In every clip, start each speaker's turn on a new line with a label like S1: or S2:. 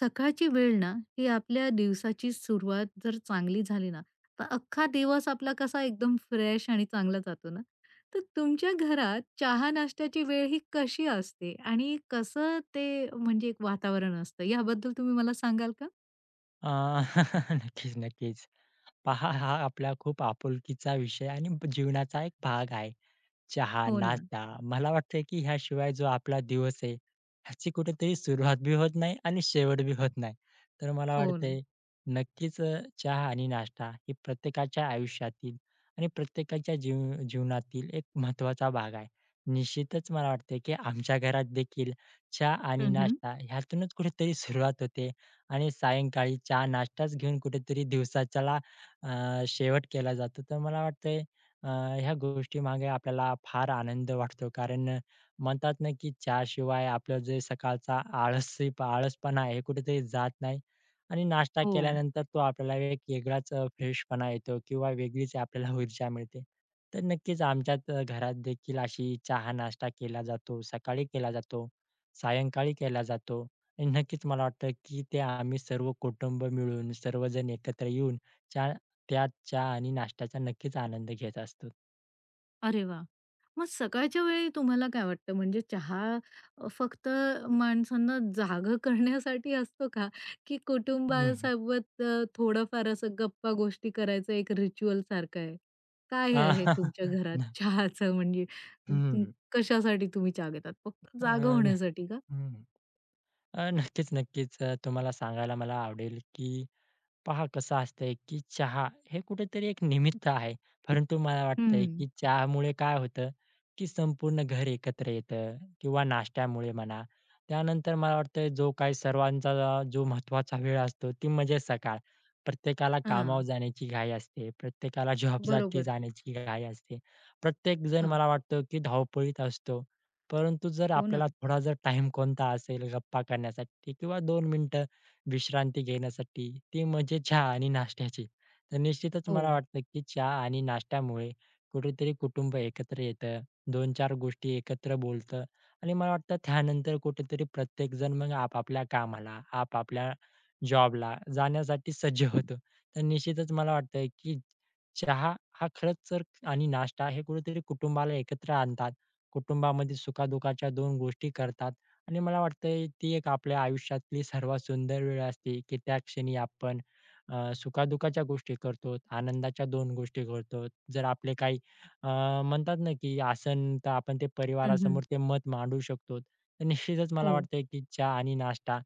S1: सकाळची वेळ ना, ही आपल्या दिवसाची सुरुवात जर चांगली झाली ना, तर अख्खा दिवस आपला कसा एकदम फ्रेश आणि चांगला जातो ना. तर तुमच्या घरात चहा नाश्त्याची वेळ ही कशी असते आणि कसं ते म्हणजे एक वातावरण असतं याबद्दल तुम्ही मला सांगाल का?
S2: अ, नक्कीच, नक्कीच. पहा, हा आपला खूप आपुलकीचा विषय आणि जीवनाचा एक भाग आहे. चहा,
S1: हो ना.
S2: नाश्ता. मला वाटतंय की ह्याशिवाय जो आपला दिवस आहे, ह्याची कुठेतरी सुरुवात बी होत नाही आणि शेवट बी होत नाही. तर मला
S1: हो ना.
S2: वाटतंय नक्कीच, चहा आणि नाश्ता ही प्रत्येकाच्या आयुष्यातील आणि प्रत्येकाच्या जीवनातील एक महत्त्वाचा भाग आहे. निश्चितच मला वाटतंय की आमच्या घरात देखील चहा आणि
S1: हं,
S2: नाश्ता ह्यातूनच कुठेतरी सुरुवात होते आणि सायंकाळी चहा, नाश्ताच घेऊन कुठेतरी दिवसाच्याला शेवट केला जातो. तर मला वाटतंय अ, ह्या गोष्टीमागे आपल्याला फार आनंद वाटतो. कारण म्हणतात ना, की चहाशिवाय आपलं जे सकाळचा आळसपणा आहे, कुठेतरी जात नाही आणि नाश्ता
S1: हो.
S2: केल्यानंतर तो आपल्याला एक वेगळाच फ्रेशपणा येतो किंवा वेगळीच आपल्याला ऊर्जा मिळते. तर नक्कीच घरात देखील अशी चहा नाश्ता केला जातो. सकाळी केला जातो, सायंकाळी केला जातो आणि नक्कीच मला वाटतं, की ते आम्ही सर्व कुटुंब मिळून सर्वजण एकत्र येऊन त्यात चहा आणि नाश्त्याचा नक्कीच आनंद घेत असतो.
S1: अरे वाह! मग सकाळच्या वेळी तुम्हाला काय वाटतं म्हणजे चहा फक्त माणसांना जागं करण्यासाठी असतो का? की
S2: हं, हं.
S1: कुटुंबासोबत थोडंफार असं गप्पा गोष्टी करायचं एक रिच्युअल सारखं आहे?
S2: अ,
S1: काय आहे तुमच्या घरात
S2: न
S1: चहाचं म्हणजे अं,
S2: हं.
S1: कशासाठी तुम्ही चहा घेतात? फक्त
S2: अ,
S1: जागं
S2: न
S1: होण्यासाठी का?
S2: हं. नक्कीच, नक्कीच. तुम्हाला सांगायला मला आवडेल की पहा कसं असतंय, की चहा हे कुठेतरी एक निमित्त आहे. परंतु मला वाटतंय,
S1: हं.
S2: की चहामुळे काय होतं, की संपूर्ण घर एकत्र येतं किंवा नाश्त्यामुळे म्हणा. त्यानंतर मला वाटतंय जो काही सर्वांचा जो महत्त्वाचा वेळ असतो ती म्हणजे सकाळ. प्रत्येकाला कामावर
S1: हां,
S2: जाण्याची घाई असते. प्रत्येकाला जॉबसाठी
S1: बरोबर.
S2: जाण्याची घाई असते. प्रत्येकजण
S1: हां.
S2: मला वाटतं, की धावपळीत असतो. परंतु जर
S1: हो
S2: आपल्याला
S1: ना.
S2: थोडा जर टाईम कोणता असेल गप्पा करण्यासाठी किंवा 2 मिनिटं विश्रांती घेण्यासाठी ती म्हणजे चहा आणि नाश्त्याची. तर निश्चितच
S1: हो.
S2: मला वाटतं की चहा आणि नाश्त्यामुळे कुठेतरी कुटुंब एकत्र येतं. 2-4 गोष्टी एकत्र बोलतं आणि मला वाटतं त्यानंतर कुठेतरी प्रत्येकजण मग आपापल्या कामाला, आपापल्या जॉबला जाण्यासाठी सज्ज होतो. तर निश्चितच मला वाटतं की चहा हा खरंच तर आणि नाश्ता हे कुठेतरी कुटुंबाला एकत्र आणतात. कुटुंबामध्ये सुखादुःखाच्या 2 गोष्टी करतात. आणि मला वाटतंय ती एक आपल्या आयुष्यातली सर्वात सुंदर वेळ असते, की त्या क्षणी आपण सुखादुःखाच्या गोष्टी करतो, आनंदाच्या दोन गोष्टी करतो. जर आपले काही अ, म्हणतात ना, की आसन तर आपण ते
S1: हं, हं.
S2: परिवारासमोर ते मत मांडू शकतो. तर निश्चितच मला
S1: हो.
S2: वाटतंय, की चहा आणि नाश्ता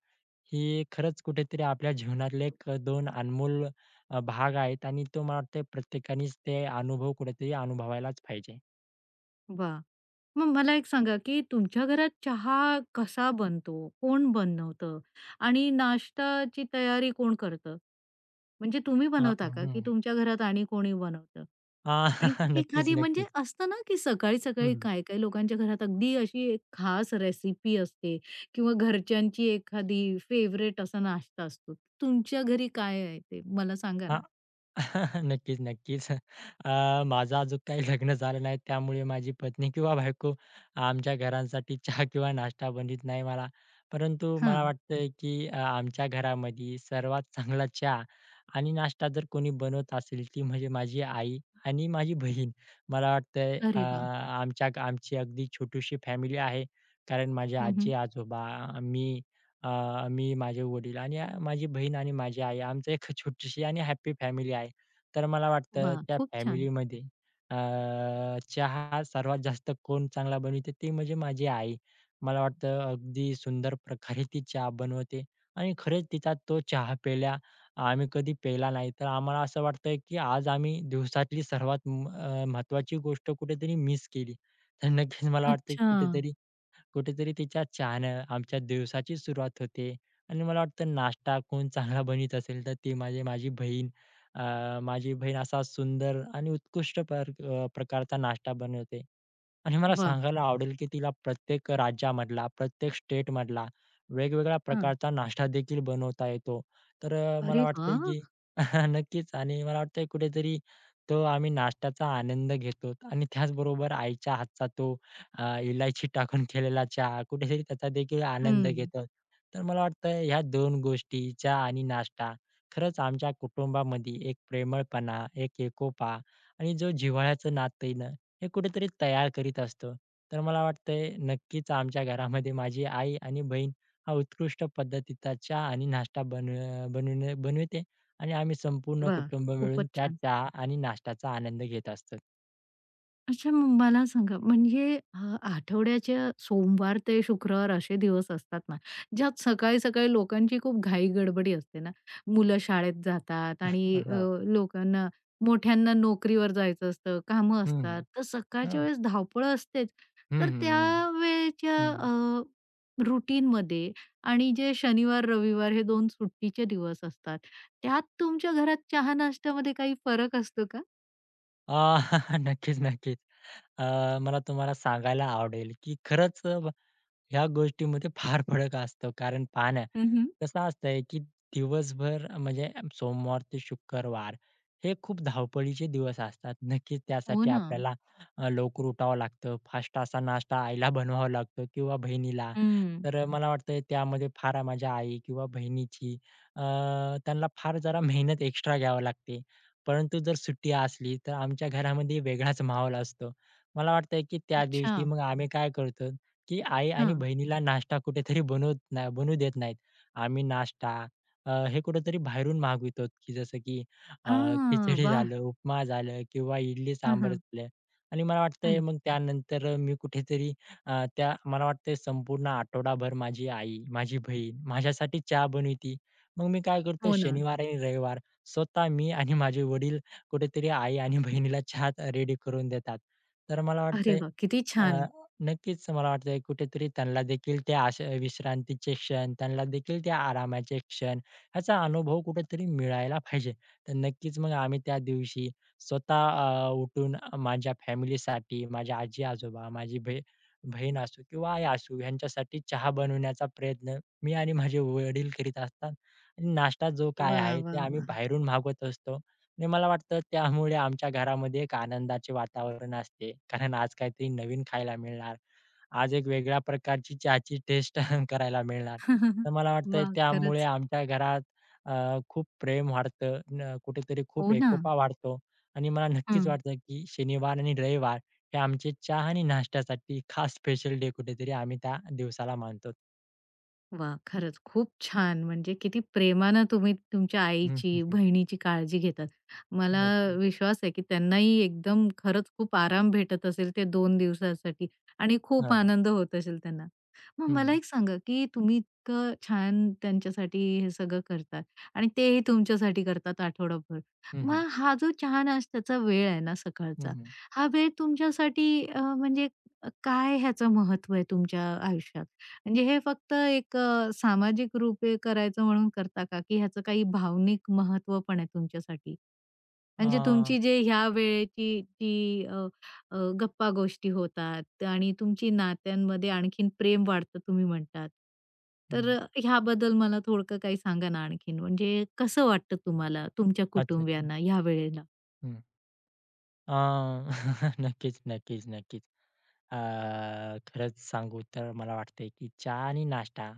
S2: ही खरंच कुठेतरी आपल्या जीवनातले एक 2 अनमोल भाग आहेत आणि तो मला वाटतंय प्रत्येकानेच ते अनुभव कुठेतरी अनुभवायलाच पाहिजे.
S1: वाह! मग मला एक सांगा, की तुमच्या घरात चहा कसा बनतो? कोण बनवतं? आणि नाश्ताची तयारी कोण करतं? म्हणजे तुम्ही बनवता का? की
S2: हं.
S1: तुमच्या घरात आणि कोणी बनवतं?
S2: अ,
S1: आणि
S2: नक्कीच,
S1: एखादी म्हणजे
S2: नक्कीच.
S1: असतं ना, की सकाळी-सकाळी
S2: हं,
S1: काही-काही लोकांच्या घरात अगदी अशी एक खास रेसिपी असते किंवा घरच्यांची एखादी फेव्हरेट असा नाश्ता असतो. तुमच्या घरी काय आहे ते? मला सांगा ना?
S2: नक्कीच, नक्कीच. माझं अजून काही लग्न झालं नाही, त्यामुळे माझी पत्नी किंवा बायको आमच्या घरांसाठी चहा किंवा नाश्ता बनवीत नाही मला. परंतु मला
S1: हां.
S2: वाटतंय, की आमच्या घरामध्ये सर्वात चांगला चहा आणि नाश्ता जर कोणी बनवत असेल, ती म्हणजे माझी आई आणि माझी बहीण. मला वाटतंय
S1: अरे वाह!
S2: आमची अगदी छोटीशी फॅमिली आहे. कारण माझे
S1: हं, हं.
S2: आजी-आजोबा, मी, अ, मी, माझे वडील आणि माझी बहीण आणि माझी आई. आमचं एक छोटीशी आणि हॅपी फॅमिली आहे. तर मला वाटतं
S1: वाह!
S2: त्या
S1: खूप छान.
S2: फॅमिलीमध्ये अ, चहा हा सर्वात जास्त कोण चांगला बनविते ते म्हणजे माझी आई. मला वाटतं अगदी सुंदर प्रकारे ती चहा बनवते आणि खरंच तिचा तो चहा प्यायला आम्ही कधी प्यायला नाही. तर आम्हाला असं वाटतंय की आज आम्ही दिवसातली सर्वात महत्त्वाची गोष्ट कुठेतरी मिस केली. तर नक्कीच मला वाटतं की
S1: अच्छा.
S2: कुठेतरी कुठेतरी तिच्या चहानं आमच्या दिवसाची सुरुवात होते आणि मला वाटतं नाश्ता कोण चांगला बनवीत असेल तर ती माझी माझी माझी बहीण असा सुंदर आणि उत्कृष्ट प्रकारचा नाश्ता बनवते. आणि मला
S1: वाह!
S2: सांगायला आवडेल की तिला प्रत्येक राज्यामधला, प्रत्येक स्टेटमधला वेगवेगळ्या प्रकारचा नाश्ता देखील बनवता येतो. तर मला
S1: अरे वा,
S2: वाटतंय की नक्कीच आणि मला वाटतंय कुठेतरी तो आम्ही नाश्त्याचा आनंद घेतो आणि त्याचबरोबर आईच्या हातचा तो इलायची टाकून केलेला चहा कुठेतरी त्याचा देखील आनंद
S1: हं.
S2: घेतो. तर मला वाटतं ह्या 2 गोष्टी चहा आणि नाश्ता खरंच आमच्या कुटुंबामध्ये एक प्रेमळपणा, एक एकोपा आणि जो जिव्हाळ्याचं नातं आहे ना, हे कुठेतरी तयार करीत असतो. तर मला वाटतंय नक्कीच आमच्या घरामध्ये माझी आई आणि बहीण हा उत्कृष्ट पद्धतीचा चहा आणि नाश्ता बनविते आणि आम्ही संपूर्ण
S1: वाह!
S2: कुटुंब मिळून
S1: खूपच
S2: त्या
S1: छान.
S2: चहा आणि नाश्त्याचा आनंद घेत असतो.
S1: अच्छा, मग मला सांगा म्हणजे आठवड्याच्या सोमवार ते शुक्रवार असे दिवस असतात ना, ज्यात सकाळी-सकाळी लोकांची खूप घाई-गडबडी असते ना. मुलं शाळेत जातात आणि
S2: हो.
S1: लोकांना मोठ्यांना नोकरीवर जायचं असतं, कामं असतात.
S2: हं,
S1: तर सकाळच्या
S2: हो.
S1: वेळेस धावपळ असतेच. तर त्या
S2: हं,
S1: वेळेच्या
S2: हं.
S1: रुटीनमध्ये आणि जे शनिवार, रविवार हे 2 सुट्टीचे दिवस असतात, त्यात तुमच्या घरात चहा-नाश्त्यामध्ये काही फरक असतो का?
S2: अ, नक्कीच, नक्कीच. अ, मला तुम्हाला सांगायला आवडेल, की खरंच ह्या गोष्टीमध्ये फार फरक असतो. कारण पहा ना,
S1: हं,
S2: कसं असतंय की दिवसभर म्हणजे सोमवार ते शुक्रवार हे खूप धावपळीचे दिवस असतात. नक्कीच
S1: हो
S2: त्यासाठी
S1: ना.
S2: आपल्याला लवकर उठावं लागतं. फास्ट असा नाश्ता आईला बनवावा लागतो किंवा बहिणीला.
S1: हं.
S2: तर मला वाटतंय त्यामध्ये फार माझ्या आई किंवा बहिणीची अ, त्यांना फार जरा मेहनत एक्स्ट्रा घ्यावी लागते. परंतु जर सुट्टी असली तर आमच्या घरामध्ये वेगळाच माहोल असतो. मला वाटतंय की त्या
S1: अच्छा.
S2: दिवशी मग आम्ही काय करतो की आई आणि
S1: हां.
S2: बहिणीला नाश्ता कुठेतरी बनवत ना बनवू देत नाहीत. आम्ही नाश्ता हे कुठेतरी बाहेरून मागवितो, की जसं की अ,
S1: हां.
S2: खिचडी
S1: वाह!
S2: झालं, उपमा झालं किंवा इडली
S1: हां,
S2: सांबार
S1: हां.
S2: झालं आणि मला वाटतंय
S1: हं.
S2: मग त्यानंतर मी कुठेतरी अ, त्या मला वाटतंय संपूर्ण आठवडाभर माझी आई, माझी बहीण माझ्यासाठी चहा बनविती. मग मी काय करतो
S1: हो ना.
S2: शनिवार आणि रविवार स्वतः मी आणि माझे वडील कुठेतरी आई आणि बहिणीला चहा रेडी करून देतात. तर मला
S1: अरे
S2: वाटतंय
S1: वाह! किती छान.
S2: नक्कीच मला वाटतंय कुठेतरी त्यांना देखील त्या अशा विश्रांतीचे क्षण, त्यांना देखील त्या आरामाचे क्षण ह्याचा अनुभव कुठेतरी मिळायला पाहिजे. तर नक्कीच मग आम्ही त्या दिवशी स्वतः उठून माझ्या फॅमिलीसाठी, माझ्या आजी-आजोबा, माझी बही बहीण असू किंवा आई असू ह्यांच्यासाठी चहा बनवण्याचा प्रयत्न मी आणि माझे वडील करीत असतात आणि नाश्ता जो काय
S1: वाह,
S2: आहे ते
S1: वाह,
S2: आम्ही
S1: वाह!
S2: बाहेरून मागवत असतो. आणि मला वाटतं त्यामुळे आमच्या घरामध्ये एक आनंदाचे वातावरण असते. कारण आज काहीतरी नवीन खायला मिळणार. आज एक वेगळ्या प्रकारची चहाची टेस्ट करायला मिळणार.
S1: वाह!
S2: तर मला वाटतं त्यामुळे
S1: खरंच.
S2: आमच्या घरात अ, खूप प्रेम वाढतं. न कुठेतरी खूप
S1: हो ना.
S2: एकोपा वाढतो आणि मला नक्कीच
S1: हं.
S2: वाटतं की शनिवार आणि रविवार हे आमचे चहा आणि नाश्त्यासाठी खास स्पेशल डे कुठेतरी आम्ही त्या दिवसाला मानतो.
S1: वाह! खरंच खूप छान. म्हणजे किती प्रेमानं तुम्ही तुमच्या
S2: हं, हं,
S1: आईची,
S2: हं.
S1: बहिणीची काळजी घेतात. मला
S2: नक्की.
S1: विश्वास आहे, की त्यांनाही एकदम खरंच खूप आराम भेटत असेल ते दोन दिवसासाठी आणि खूप
S2: हां, हां.
S1: आनंद होत असेल त्यांना. मग
S2: हं,
S1: मला
S2: हं.
S1: एक सांगा, की तुम्ही इतकं छान त्यांच्यासाठी हे सगळं करतात आणि तेही तुमच्यासाठी करतात आठवडाभर.
S2: हं, हं.
S1: मग हा जो चहा नाश्त्याचा वेळ आहे ना
S2: हं,
S1: सकाळचा,
S2: हं.
S1: हा वेळ तुमच्यासाठी म्हणजे काय ह्याचं महत्व आहे तुमच्या आयुष्यात? म्हणजे हे फक्त एक सामाजिक रूपे करायचं म्हणून करता का, की ह्याचं काही भावनिक महत्व पण आहे तुमच्यासाठी? म्हणजे
S2: अ,
S1: तुमची जे ह्या वेळेची जी अ, अ, गप्पागोष्टी होतात आणि तुमची नात्यांमध्ये आणखीन प्रेम वाढतं तुम्ही म्हणतात. तर ह्याबद्दल मला थोडकं काही सांगा ना आणखीन. म्हणजे कसं वाटतं तुम्हाला तुमच्या
S2: अच्छा. हं,
S1: कुटुंबियांना ह्या वेळेला?
S2: अ, नक्कीच, नक्कीच, नक्कीच. अ, खरंच सांगू तर मला वाटतंय, की चहा आणि नाश्ता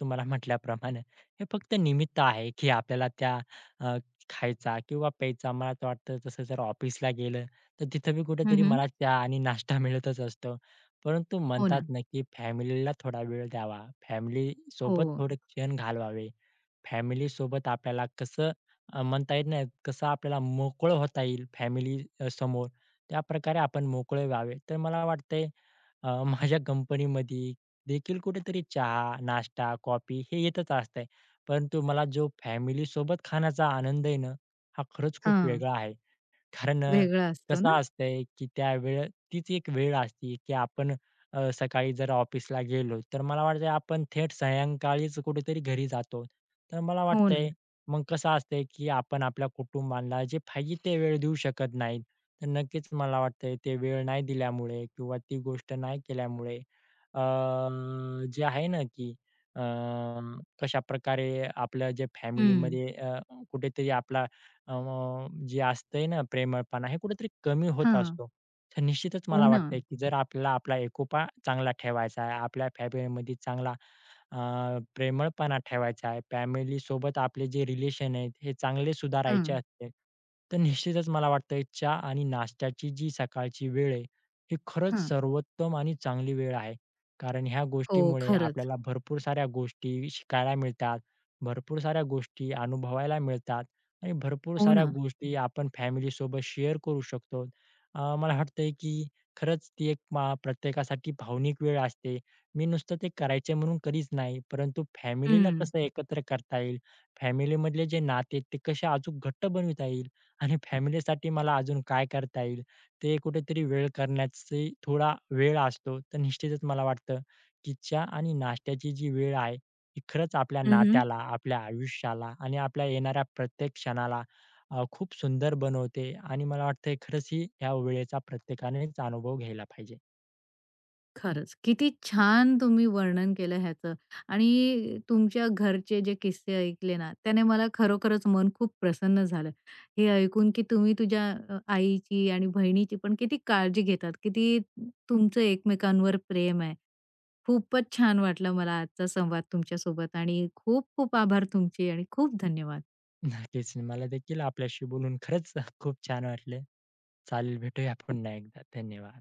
S2: तुम्हाला म्हटल्याप्रमाणे हे फक्त निमित्त आहे, की आपल्याला त्या अ, खायचा किंवा प्यायचा. मला तर वाटतं जसं जर ऑफिसला गेलं, तर तिथं बी
S1: हं,
S2: कुठेतरी
S1: हं.
S2: मला चहा आणि नाश्ता मिळतच असतो. परंतु
S1: हो
S2: म्हणतात
S1: ना.
S2: ना, की फॅमिलीला थोडा वेळ द्यावा,
S1: हो.
S2: फॅमिलीसोबत थोडे क्षण घालवावे. फॅमिलीसोबत आपल्याला कसं म्हणता येत नाही, कसं आपल्याला मोकळं होता येईल फॅमिली समोर, त्याप्रकारे आपण मोकळे व्हावे. तर मला वाटतंय अ, माझ्या कंपनीमध्ये देखील कुठेतरी चहा, नाश्ता, कॉफी हे येतच असतंय. परंतु मला जो फॅमिलीसोबत खाण्याचा आनंद आहे ना, हा खरंच खूप
S1: हां.
S2: वेगळा आहे. कारण
S1: वेगळा असतो
S2: कसं
S1: ना?
S2: असतंय, की त्यावेळेस तीच एक वेळ असते, की आपण सकाळी जर ऑफिसला गेलो, तर मला वाटतंय आपण थेट सायंकाळीच कुठेतरी घरी जातो. तर मला
S1: हो ना.
S2: वाटतंय, मग कसं असतंय, की आपण आपल्या कुटुंबाला जे पाहिजे ते वेळ देऊ शकत नाहीत. तर नक्कीच मला वाटतंय ते वेळ नाही दिल्यामुळे किंवा ती गोष्ट नाही केल्यामुळे अ, जे आहे ना, की अ, कशाप्रकारे आपलं जे
S1: हं.
S2: फॅमिलीमध्ये कुठेतरी आपला अ, जे असतंय ना प्रेमळपणा हे कुठेतरी कमी होत
S1: हां.
S2: असतो. तर निश्चितच
S1: हो
S2: मला
S1: ना.
S2: वाटतंय, की जर आपल्याला आपला एकोपा चांगला ठेवायचा आहे, आपल्या फॅमिलीमध्ये चांगला अ, प्रेमळपणा ठेवायचा आहे, फॅमिली सोबत आपले जे रिलेशन आहेत हे चांगले सुधारायचे
S1: हां,
S2: असतील, तर निश्चितच मला वाटतंय चहा आणि नाश्त्याची जी सकाळची वेळ आहे, ही खरंच
S1: हां.
S2: सर्वोत्तम आणि चांगली वेळ आहे. कारण ह्या
S1: हो,
S2: गोष्टीमुळे
S1: खरंच.
S2: आपल्याला भरपूर साऱ्या गोष्टी शिकायला मिळतात, भरपूर साऱ्या गोष्टी अनुभवायला मिळतात. आणि भरपूर
S1: हो
S2: साऱ्या
S1: ना.
S2: गोष्टी आपण फॅमिलीसोबत शेअर करू शकतो. मला वाटतंय की खरंच ती एक प्रत्येकासाठी भावनिक वेळ असते. मी नुसतं ते करायचे म्हणून कधीच नाही, परंतु फॅमिलीला
S1: हं.
S2: कसं एकत्र करता येईल, फॅमिलीमधले जे नाते आहेत, ते कसे अजून घट्ट बनविता येईल आणि फॅमिलीसाठी मला अजून काय करता येईल, ते कुठेतरी वेळ करण्याची थोडा वेळ असतो. तर निश्चितच मला वाटतं की चहा आणि नाश्त्याची जी वेळ आहे की खरंच आपल्या
S1: हं,
S2: नात्याला, आपल्या आयुष्याला आणि आपल्या येणाऱ्या प्रत्येक क्षणाला खूप सुंदर बनवते आणि मला वाटतंय खरंच ही ह्या वेळेचा प्रत्येकानेच अनुभव घ्यायला पाहिजे.
S1: खरंच. किती छान तुम्ही वर्णन केलं ह्याचं आणि तुमच्या घरचे जे किस्से ऐकले ना, त्याने मला खरोखरच मन खूप प्रसन्न झालं. हे ऐकून की तुम्ही तुझ्या आईची आणि बहिणीची पण किती काळजी घेतात, किती तुमचं एकमेकांवर प्रेम आहे. खूपच छान वाटलं मला आजचा संवाद तुमच्यासोबत आणि खूप खूप आभार तुमचे आणि खूप धन्यवाद.
S2: नक्कीच. मला देखील आपल्याशी बोलून खरंच खूप छान वाटले. चालेल, भेटूया पुन्हा एकदा. धन्यवाद.